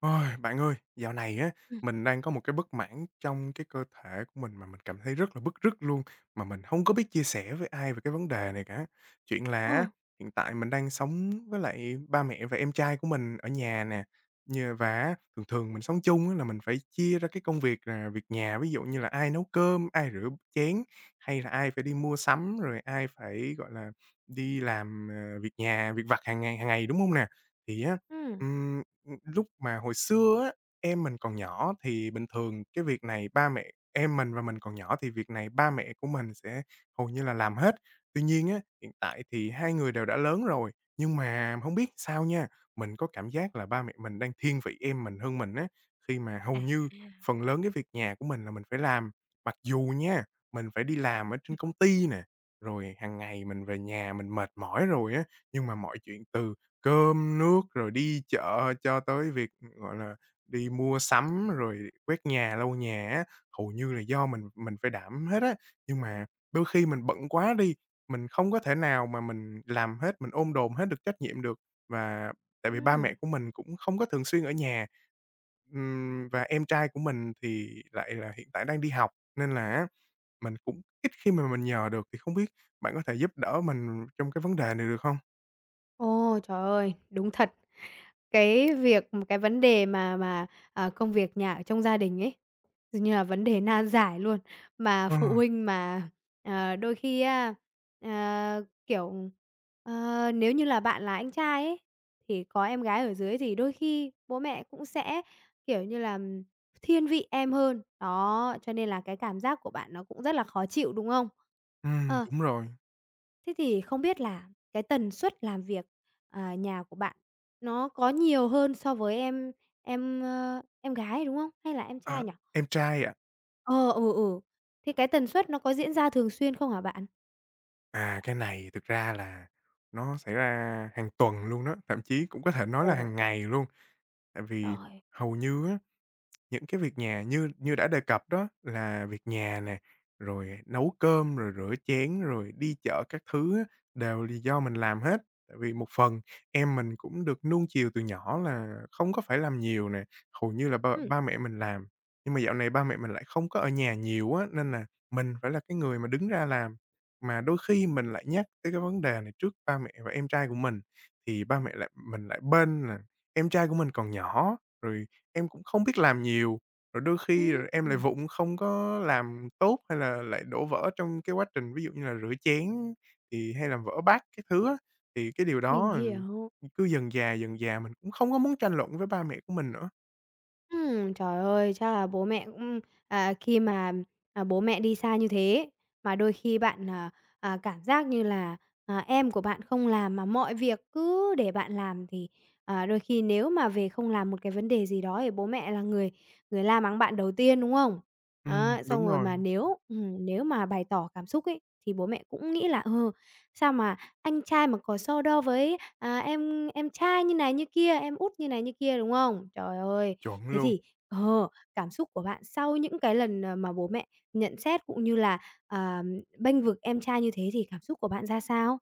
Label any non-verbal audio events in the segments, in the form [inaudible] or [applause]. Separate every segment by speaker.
Speaker 1: Ôi, bạn ơi, dạo này á,
Speaker 2: Ừm,
Speaker 1: mình đang có một cái bất mãn trong cái cơ thể của mình mà mình cảm thấy rất là bứt rứt luôn, mà mình không có biết chia sẻ với ai về cái vấn đề này cả. Chuyện là
Speaker 2: ờ,
Speaker 1: á, hiện tại mình đang sống với lại ba mẹ và em trai của mình ở nhà nè, nhờ và thường thường mình sống chung á là mình phải chia ra cái công việc là việc nhà, ví dụ như là ai nấu cơm, ai rửa chén, hay là ai phải đi mua sắm, rồi ai phải, gọi là, đi làm, việc nhà, việc vặt hàng ngày, đúng không nè? Thì á,
Speaker 2: ừm.
Speaker 1: Lúc mà hồi xưa á, em mình còn nhỏ thì bình thường cái việc này ba mẹ em mình và mình còn nhỏ thì việc này ba mẹ của mình sẽ hầu như là làm hết. Tuy nhiên á, hiện tại thì hai người đều đã lớn rồi, nhưng mà hông biết sao nha, mình có cảm giác là ba mẹ mình đang thiên vị em mình hơn mình á, khi mà
Speaker 2: À.
Speaker 1: hầu như phần lớn cái việc nhà của mình là mình phải làm. Mặc dù nha, mình phải đi làm ở trên công ty nè, rồi hàng ngày mình về nhà mình mệt mỏi rồi á, nhưng mà mọi chuyện từ cơm nước rồi đi chợ cho tới việc, gọi là, đi mua sắm rồi quét nhà, lau nhà á, hầu như là do mình phải đảm hết á. Nhưng mà đôi khi mình bận quá đi, mình không có thể nào mà mình làm hết, mình ôm đồm hết được trách nhiệm được. Và tại vì ba
Speaker 2: Ừm.
Speaker 1: mẹ của mình cũng không có thường xuyên ở nhà, và em trai của mình thì lại là hiện tại đang đi học, nên là á mình cũng ít khi mà mình nhờ được, thì không biết bạn có thể giúp đỡ mình trong cái vấn đề này được không?
Speaker 2: Ồ, trời ơi, đúng thật. Cái việc một cái vấn đề mà, công việc nhà ở trong gia đình ấy, dường như là vấn đề nan giải luôn, mà
Speaker 1: Ờ,
Speaker 2: phụ huynh mà, đôi khi á, kiểu, nếu như là bạn là anh trai ấy, thì có em gái ở dưới thì đôi khi bố mẹ cũng sẽ, kiểu như là, thiên vị em hơn. Đó, cho nên là cái cảm giác của bạn nó cũng rất là khó chịu, đúng không? Ờ.
Speaker 1: đúng rồi.
Speaker 2: Thế thì không biết là cái tần suất làm việc, nhà của bạn nó có nhiều hơn so với em gái, đúng không? Hay là em trai
Speaker 1: À,
Speaker 2: nhỉ?
Speaker 1: em trai ạ.
Speaker 2: Ờ, ừ, ừ. Thế cái tần suất nó có diễn ra thường xuyên không hả bạn?
Speaker 1: À, cái này thực ra là nó xảy ra hàng tuần luôn đó, thậm chí cũng có thể nói
Speaker 2: Ồ,
Speaker 1: là hàng ngày luôn. Tại vì
Speaker 2: trời!
Speaker 1: hầu như những cái việc nhà như như đã đề cập đó là việc nhà nè, rồi nấu cơm, rồi rửa chén, rồi đi chợ các thứ á, đều là do mình làm hết. Tại vì một phần em mình cũng được nuông chiều từ nhỏ là không có phải làm nhiều nè, hầu như là ba
Speaker 2: Ừm.
Speaker 1: ba mẹ mình làm. Nhưng mà dạo này ba mẹ mình lại không có ở nhà nhiều á, nên là mình phải là cái người mà đứng ra làm. Mà đôi khi mình lại nhắc tới cái vấn đề này trước ba mẹ và em trai của mình, thì ba mẹ lại mình lại bên là em trai của mình còn nhỏ, rồi em cũng không biết làm nhiều, rồi đôi khi rồi em lại
Speaker 2: Ừm,
Speaker 1: vụng không có làm tốt hay là lại đổ vỡ trong cái quá trình ví dụ như là rửa chén thì hay làm vỡ bát các thứ á. Thì cái điều
Speaker 2: mình
Speaker 1: đó,
Speaker 2: hiểu.
Speaker 1: cứ dần già mình cũng không có muốn tranh luận với ba mẹ của mình nữa.
Speaker 2: Trời ơi, chắc là bố mẹ cũng khi mà, bố mẹ đi xa như thế, mà đôi khi bạn, cảm giác như là, em của bạn không làm mà mọi việc cứ để bạn làm thì, đôi khi nếu mà về không làm một cái vấn đề gì đó thì bố mẹ là người người la mắng bạn đầu tiên, đúng không?
Speaker 1: Ừm,
Speaker 2: Á, xong
Speaker 1: đúng
Speaker 2: rồi
Speaker 1: rồi,
Speaker 2: mà nếu nếu mà bày tỏ cảm xúc ấy, thì bố mẹ cũng nghĩ là, sao mà anh trai mà có so đo với, em trai như này như kia, em út như này như kia, đúng không? Trời ơi!
Speaker 1: chuẩn
Speaker 2: Thế
Speaker 1: luôn.
Speaker 2: thì ờ, cảm xúc của bạn sau những cái lần, mà bố mẹ nhận xét cũng như là, à, bênh vực em trai như thế thì cảm xúc của bạn ra sao?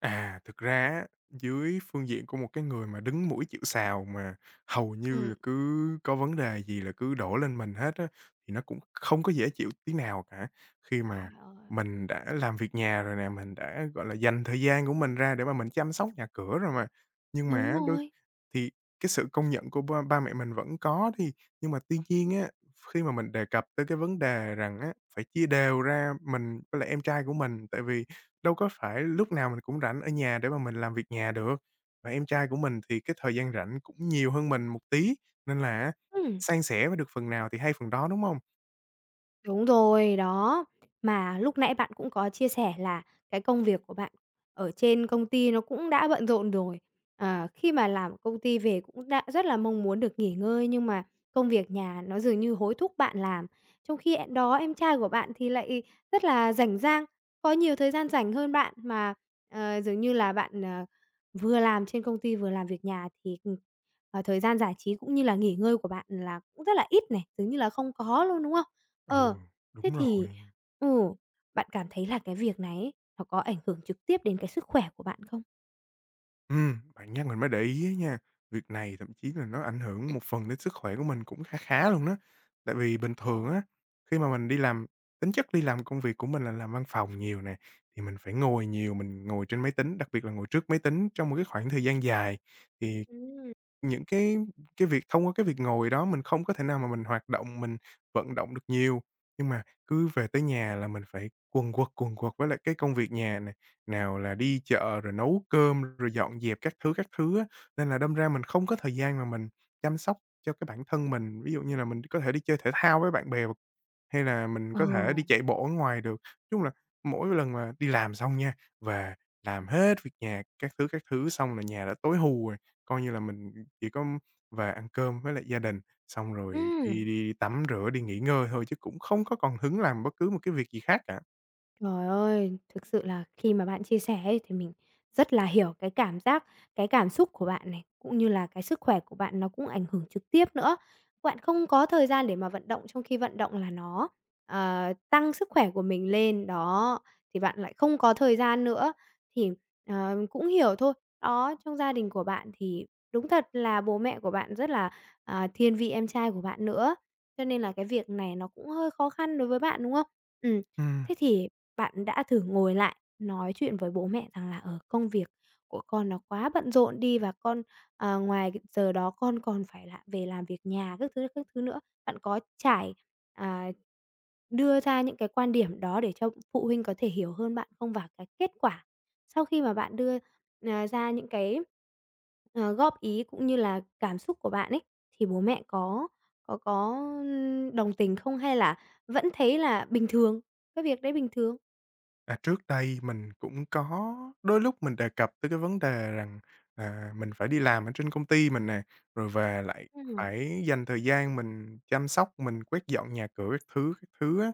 Speaker 1: À, thực ra á, dưới phương diện của một cái người mà đứng mũi chịu sào mà hầu như
Speaker 2: Ừm.
Speaker 1: là cứ có vấn đề gì là cứ đổ lên mình hết á, thì nó cũng không có dễ chịu tí nào cả. Khi mà
Speaker 2: Trời ơi!
Speaker 1: mình đã làm việc nhà rồi nè, mình đã, gọi là, dành thời gian của mình ra để mà mình chăm sóc nhà cửa rồi mà. Nhưng mà
Speaker 2: Đúng
Speaker 1: á đôi
Speaker 2: rồi.
Speaker 1: thì cái sự công nhận của ba ba mẹ mình vẫn có thì nhưng mà tuy nhiên á, khi mà mình đề cập tới cái vấn đề rằng á, phải chia đều ra mình với lại em trai của mình, tại vì đâu có phải lúc nào mình cũng rảnh ở nhà để mà mình làm việc nhà được. Và em trai của mình thì cái thời gian rảnh cũng nhiều hơn mình một tí, nên là á,
Speaker 2: Ừm.
Speaker 1: san sẻ với được phần nào thì hay phần đó, đúng không?
Speaker 2: Đúng rồi, đó. Mà lúc nãy bạn cũng có chia sẻ là cái công việc của bạn ở trên công ty nó cũng đã bận rộn rồi. Ờ, khi mà làm ở công ty về cũng đã rất là mong muốn được nghỉ ngơi nhưng mà công việc nhà nó dường như hối thúc bạn làm. Trong khi em đó em trai của bạn thì lại rất là rảnh rang, có nhiều thời gian rảnh hơn bạn mà, dường như là bạn, vừa làm trên công ty vừa làm việc nhà thì, thời gian giải trí cũng như là nghỉ ngơi của bạn là cũng rất là ít này, dường như là không có luôn, đúng không?
Speaker 1: Ừ,
Speaker 2: Ờ. Thế
Speaker 1: đúng rồi.
Speaker 2: thì ừ, bạn cảm thấy là cái việc này ấy, nó có ảnh hưởng trực tiếp đến cái sức khỏe của bạn không?
Speaker 1: Ừ, bạn nhắc mình mới để ý á nha, việc này thậm chí là nó ảnh hưởng một phần đến sức khỏe của mình cũng khá khá luôn đó. Tại vì bình
Speaker 2: Ờ.
Speaker 1: thường á, khi mà mình đi làm tính chất đi làm công việc của mình là làm văn phòng nhiều nè, thì mình phải ngồi nhiều, mình ngồi trên máy tính, đặc biệt là ngồi trước máy tính trong một cái khoảng thời gian dài, thì
Speaker 2: Ừm.
Speaker 1: những cái việc thông qua cái việc ngồi đó mình không có thể nào mà mình hoạt động, mình vận động được nhiều, nhưng mà cứ về tới nhà là mình phải quần quật với lại cái công việc nhà này nào là đi chợ rồi nấu cơm, rồi dọn dẹp các thứ á, nên là đâm ra mình không có thời gian mà mình chăm sóc cho cái bản thân mình. Ví dụ như là mình có thể đi chơi thể thao với bạn bè hay là mình
Speaker 2: Ờ.
Speaker 1: có thể đi chạy bộ ở ngoài được. Nói chung là mỗi lần mà đi làm xong nha, về làm hết việc nhà các thứ xong là nhà đã tối hù rồi, coi như là mình chỉ có về ăn cơm với lại gia đình, xong rồi đi
Speaker 2: Ừm.
Speaker 1: đi tắm rửa, đi nghỉ ngơi thôi chứ cũng không có còn hứng làm bất cứ một cái việc gì khác cả.
Speaker 2: Trời ơi, thực sự là khi mà bạn chia sẻ ấy thì mình rất là hiểu cái cảm giác, cái cảm xúc của bạn này, cũng như là cái sức khỏe của bạn nó cũng ảnh hưởng trực tiếp nữa. Bạn không có thời gian để mà vận động, trong khi vận động là nó, tăng sức khỏe của mình lên, đó, thì bạn lại không có thời gian nữa, thì, cũng hiểu thôi. Đó, trong gia đình của bạn thì đúng thật là bố mẹ của bạn rất là, thiên vị em trai của bạn nữa, cho nên là cái việc này nó cũng hơi khó khăn đối với bạn, đúng không? ừ
Speaker 1: Ừm.
Speaker 2: thế thì bạn đã thử ngồi lại nói chuyện với bố mẹ rằng là, ở công việc của con nó quá bận rộn đi và con, ngoài cái giờ đó con còn phải là về làm việc nhà các thứ nữa. Bạn có à, đưa ra những cái quan điểm đó để cho phụ huynh có thể hiểu hơn bạn không? Và cái kết quả sau khi mà bạn đưa, ra những cái, góp ý cũng như là cảm xúc của bạn ấy, thì bố mẹ có đồng tình không hay là vẫn thấy là bình thường, cái việc đấy bình thường?
Speaker 1: À, trước đây mình cũng có đôi lúc mình đề cập tới cái vấn đề rằng, mình phải đi làm ở trên công ty mình nè, rồi về lại
Speaker 2: Ừm,
Speaker 1: phải dành thời gian mình chăm sóc, mình quét dọn nhà cửa các thứ á.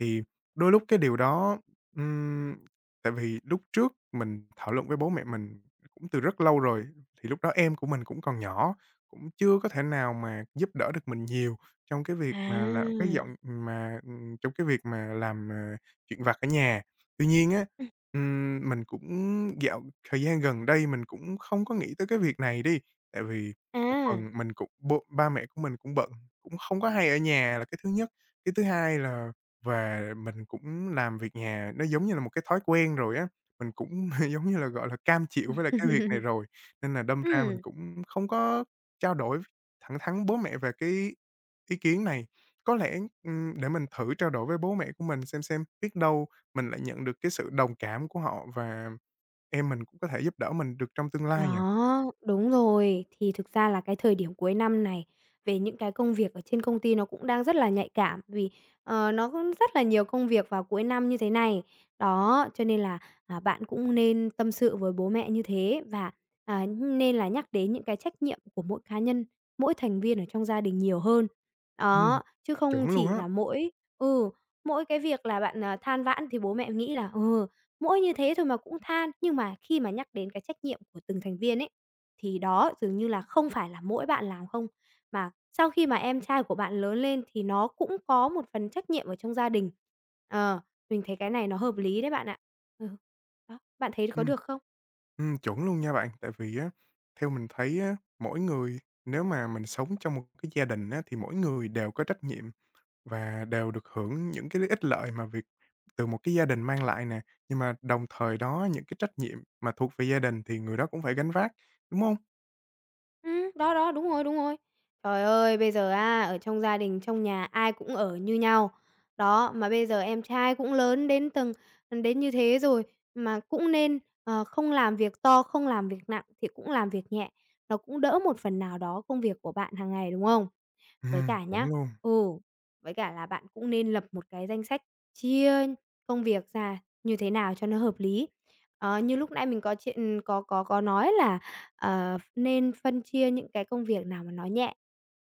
Speaker 1: Thì đôi lúc cái điều đó, ừm, tại vì lúc trước mình thảo luận với bố mẹ mình cũng từ rất lâu rồi, thì lúc đó em của mình cũng còn nhỏ, cũng chưa có thể nào mà giúp đỡ được mình nhiều trong cái
Speaker 2: à,
Speaker 1: việc mà là quét dọn mà, trong cái việc mà làm, chuyện vặt ở nhà. Tuy nhiên á,
Speaker 2: ừm,
Speaker 1: mình cũng dạo thời gian gần đây mình cũng không có nghĩ tới cái việc này đi, tại vì một
Speaker 2: à.
Speaker 1: phần mình cũng ba mẹ của mình cũng bận, cũng không có hay ở nhà là cái thứ nhất. Cái thứ hai là về mình cũng làm việc nhà nó giống như là một cái thói quen rồi á, mình cũng [laughs] giống như là, gọi là, cam chịu với lại cái việc này
Speaker 2: [laughs]
Speaker 1: rồi, nên là đâm ra mình
Speaker 2: Ừm,
Speaker 1: cũng không có trao đổi thẳng thắn bố mẹ về cái ý kiến này. Có lẽ, để mình thử trao đổi với bố mẹ của mình xem biết đâu mình lại nhận được cái sự đồng cảm của họ và em mình cũng có thể giúp đỡ mình được trong tương lai à.
Speaker 2: Đó, đúng rồi. Thì thực ra là cái thời điểm cuối năm này, về những cái công việc ở trên công ty nó cũng đang rất là nhạy cảm, vì, nó cũng rất là nhiều công việc vào cuối năm như thế này. Đó, cho nên là, bạn cũng nên tâm sự với bố mẹ như thế và, nên là nhắc đến những cái trách nhiệm của mỗi cá nhân, mỗi thành viên ở trong gia đình nhiều hơn.
Speaker 1: Ừm,
Speaker 2: Đó, chứ
Speaker 1: chuẩn
Speaker 2: không
Speaker 1: luôn
Speaker 2: chỉ
Speaker 1: á,
Speaker 2: là ừ, mỗi cái việc là bạn, than vãn thì bố mẹ nghĩ là "Ừ, mỗi như thế thôi mà cũng than", nhưng mà khi mà nhắc đến cái trách nhiệm của từng thành viên ấy, thì đó dường như là không phải là mỗi bạn làm không, mà sau khi mà em trai của bạn lớn lên thì nó cũng có một phần trách nhiệm ở trong gia đình. Ờ, mình thấy cái này nó hợp lý đấy bạn ạ. Ừ. Đó, bạn thấy có
Speaker 1: ừm,
Speaker 2: được không?
Speaker 1: chuẩn luôn nha bạn. Tại vì á, theo mình thấy á, mỗi người nếu mà mình sống trong một cái gia đình á, thì mỗi người đều có trách nhiệm và đều được hưởng những cái ích lợi mà việc từ một cái gia đình mang lại nè. Nhưng mà đồng thời đó những cái trách nhiệm mà thuộc về gia đình thì người đó cũng phải gánh vác, đúng không?
Speaker 2: Đó, đó, đúng rồi, đúng rồi. Trời ơi, bây giờ á, ở trong gia đình, trong nhà ai cũng ở như nhau. Đó, mà bây giờ em trai cũng lớn đến như thế rồi, mà cũng nên, không làm việc to, không làm việc nặng thì cũng làm việc nhẹ, nó cũng đỡ một phần nào đó công việc của bạn hàng ngày, đúng không? Với cả
Speaker 1: Chuẩn
Speaker 2: nhá
Speaker 1: luôn,
Speaker 2: ừ, với cả là bạn cũng nên lập một cái danh sách chia công việc ra như thế nào cho nó hợp lý. Ờ, như lúc nãy mình có chuyện có nói là, nên phân chia những cái công việc nào mà nó nhẹ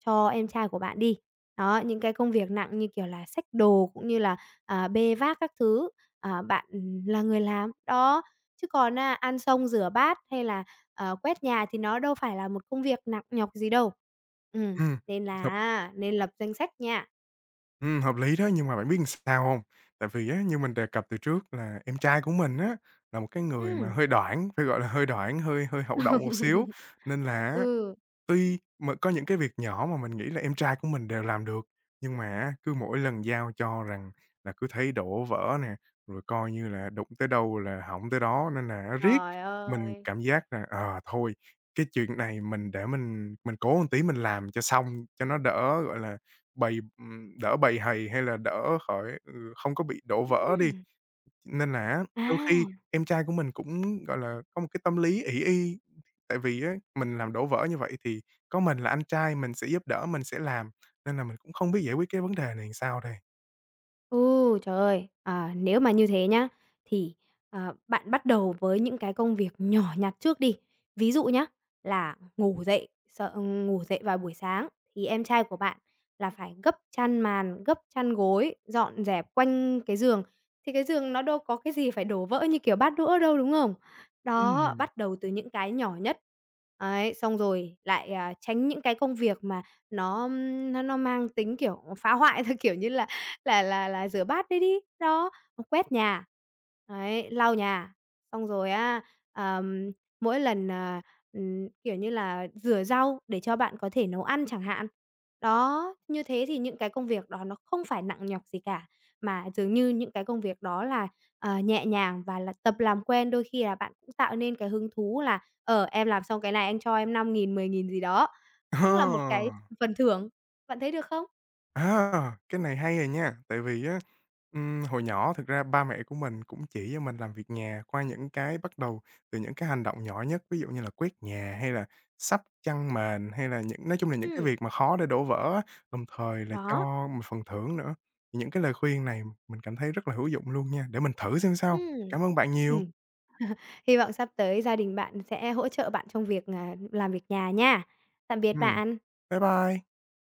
Speaker 2: cho em trai của bạn đi. Đó, những cái công việc nặng như kiểu là xách đồ cũng như là, bê vác các thứ, bạn, là người làm. Đó, chứ còn á, ăn xông rửa bát hay là, quét nhà thì nó đâu phải là một công việc nặng nhọc gì đâu. Ừ.
Speaker 1: ừm.
Speaker 2: Nên là á nên lập danh sách nha.
Speaker 1: Hợp lý đó, nhưng mà bạn biết làm sao không? Tại vì á, như mình đề cập từ trước là em trai của mình á, là một cái người mà
Speaker 2: Ừm.
Speaker 1: hơi đoản, phải gọi là hơi đoản, hơi hơi hậu đậu một
Speaker 2: [laughs]
Speaker 1: xíu, nên là
Speaker 2: Ừ,
Speaker 1: tuy mà có những cái việc nhỏ mà mình nghĩ là em trai của mình đều làm được, nhưng mà á, cứ mỗi lần giao cho rằng là cứ thấy đổ vỡ nè, rồi coi như là đụng tới đâu là hỏng tới đó nên là nó riết.
Speaker 2: trời
Speaker 1: Mình
Speaker 2: ơi!
Speaker 1: cảm giác là, thôi, cái chuyện này mình để mình cố một tí mình làm cho xong, cho nó đỡ, gọi là, bầy đỡ bầy hầy hay là đỡ khỏi không có bị đổ vỡ đi.
Speaker 2: Ừm,
Speaker 1: Nên là á,
Speaker 2: à.
Speaker 1: đôi khi em trai của mình cũng, gọi là, có một cái tâm lý ỷ y. Tại vì á, mình làm đổ vỡ như vậy thì có mình là anh trai mình sẽ giúp đỡ, mình sẽ làm, nên là mình cũng không biết giải quyết cái vấn đề này làm sao đây.
Speaker 2: Ừ, trời ơi! À, nếu mà như thế nhá, thì, bạn bắt đầu với những cái công việc nhỏ nhặt trước đi. Ví dụ nhá, là ngủ dậy vào buổi sáng thì em trai của bạn là phải gấp chăn màn, gấp chăn gối, dọn dẹp quanh cái giường, thì cái giường nó đâu có cái gì phải đổ vỡ như kiểu bát đũa đâu, đúng không? Đó,
Speaker 1: Ừm.
Speaker 2: bắt đầu từ những cái nhỏ nhất. Ấy, xong rồi lại, tránh những cái công việc mà nó nó mang tính, kiểu, phá hoại theo [laughs] kiểu như là rửa bát đấy đi, đó, quét nhà, đấy, lau nhà. Xong rồi á, ờm, mỗi lần, kiểu như là, rửa rau để cho bạn có thể nấu ăn chẳng hạn. Đó, như thế thì những cái công việc đó nó không phải nặng nhọc gì cả, mà dường như những cái công việc đó là, nhẹ nhàng và là tập làm quen, đôi khi là bạn cũng tạo nên cái hứng thú là "Ờ, em làm xong cái này anh cho em 5.000 10.000 gì đó",
Speaker 1: Ờ.
Speaker 2: cũng là một cái phần thưởng. Bạn thấy được không?
Speaker 1: À, cái này hay rồi nha, tại vì á, hồi nhỏ thực ra ba mẹ của mình cũng chỉ cho mình làm việc nhà qua những cái bắt đầu từ những cái hành động nhỏ nhất, ví dụ như là quét nhà hay là sắp chăn mền, hay là những nói chung là những cái
Speaker 2: Ừm,
Speaker 1: việc mà khó để đổ vỡ á, đồng thời là cho
Speaker 2: đó.
Speaker 1: một phần thưởng nữa. Thì những cái lời khuyên này mình cảm thấy rất là hữu dụng luôn nha, để mình thử xem sao.
Speaker 2: Ừm.
Speaker 1: Cảm ơn bạn nhiều.
Speaker 2: Ừm. [laughs] Hy vọng sắp tới gia đình bạn sẽ hỗ trợ bạn trong việc, làm việc nhà nha. Tạm biệt
Speaker 1: Ừm,
Speaker 2: bạn.
Speaker 1: bye bye.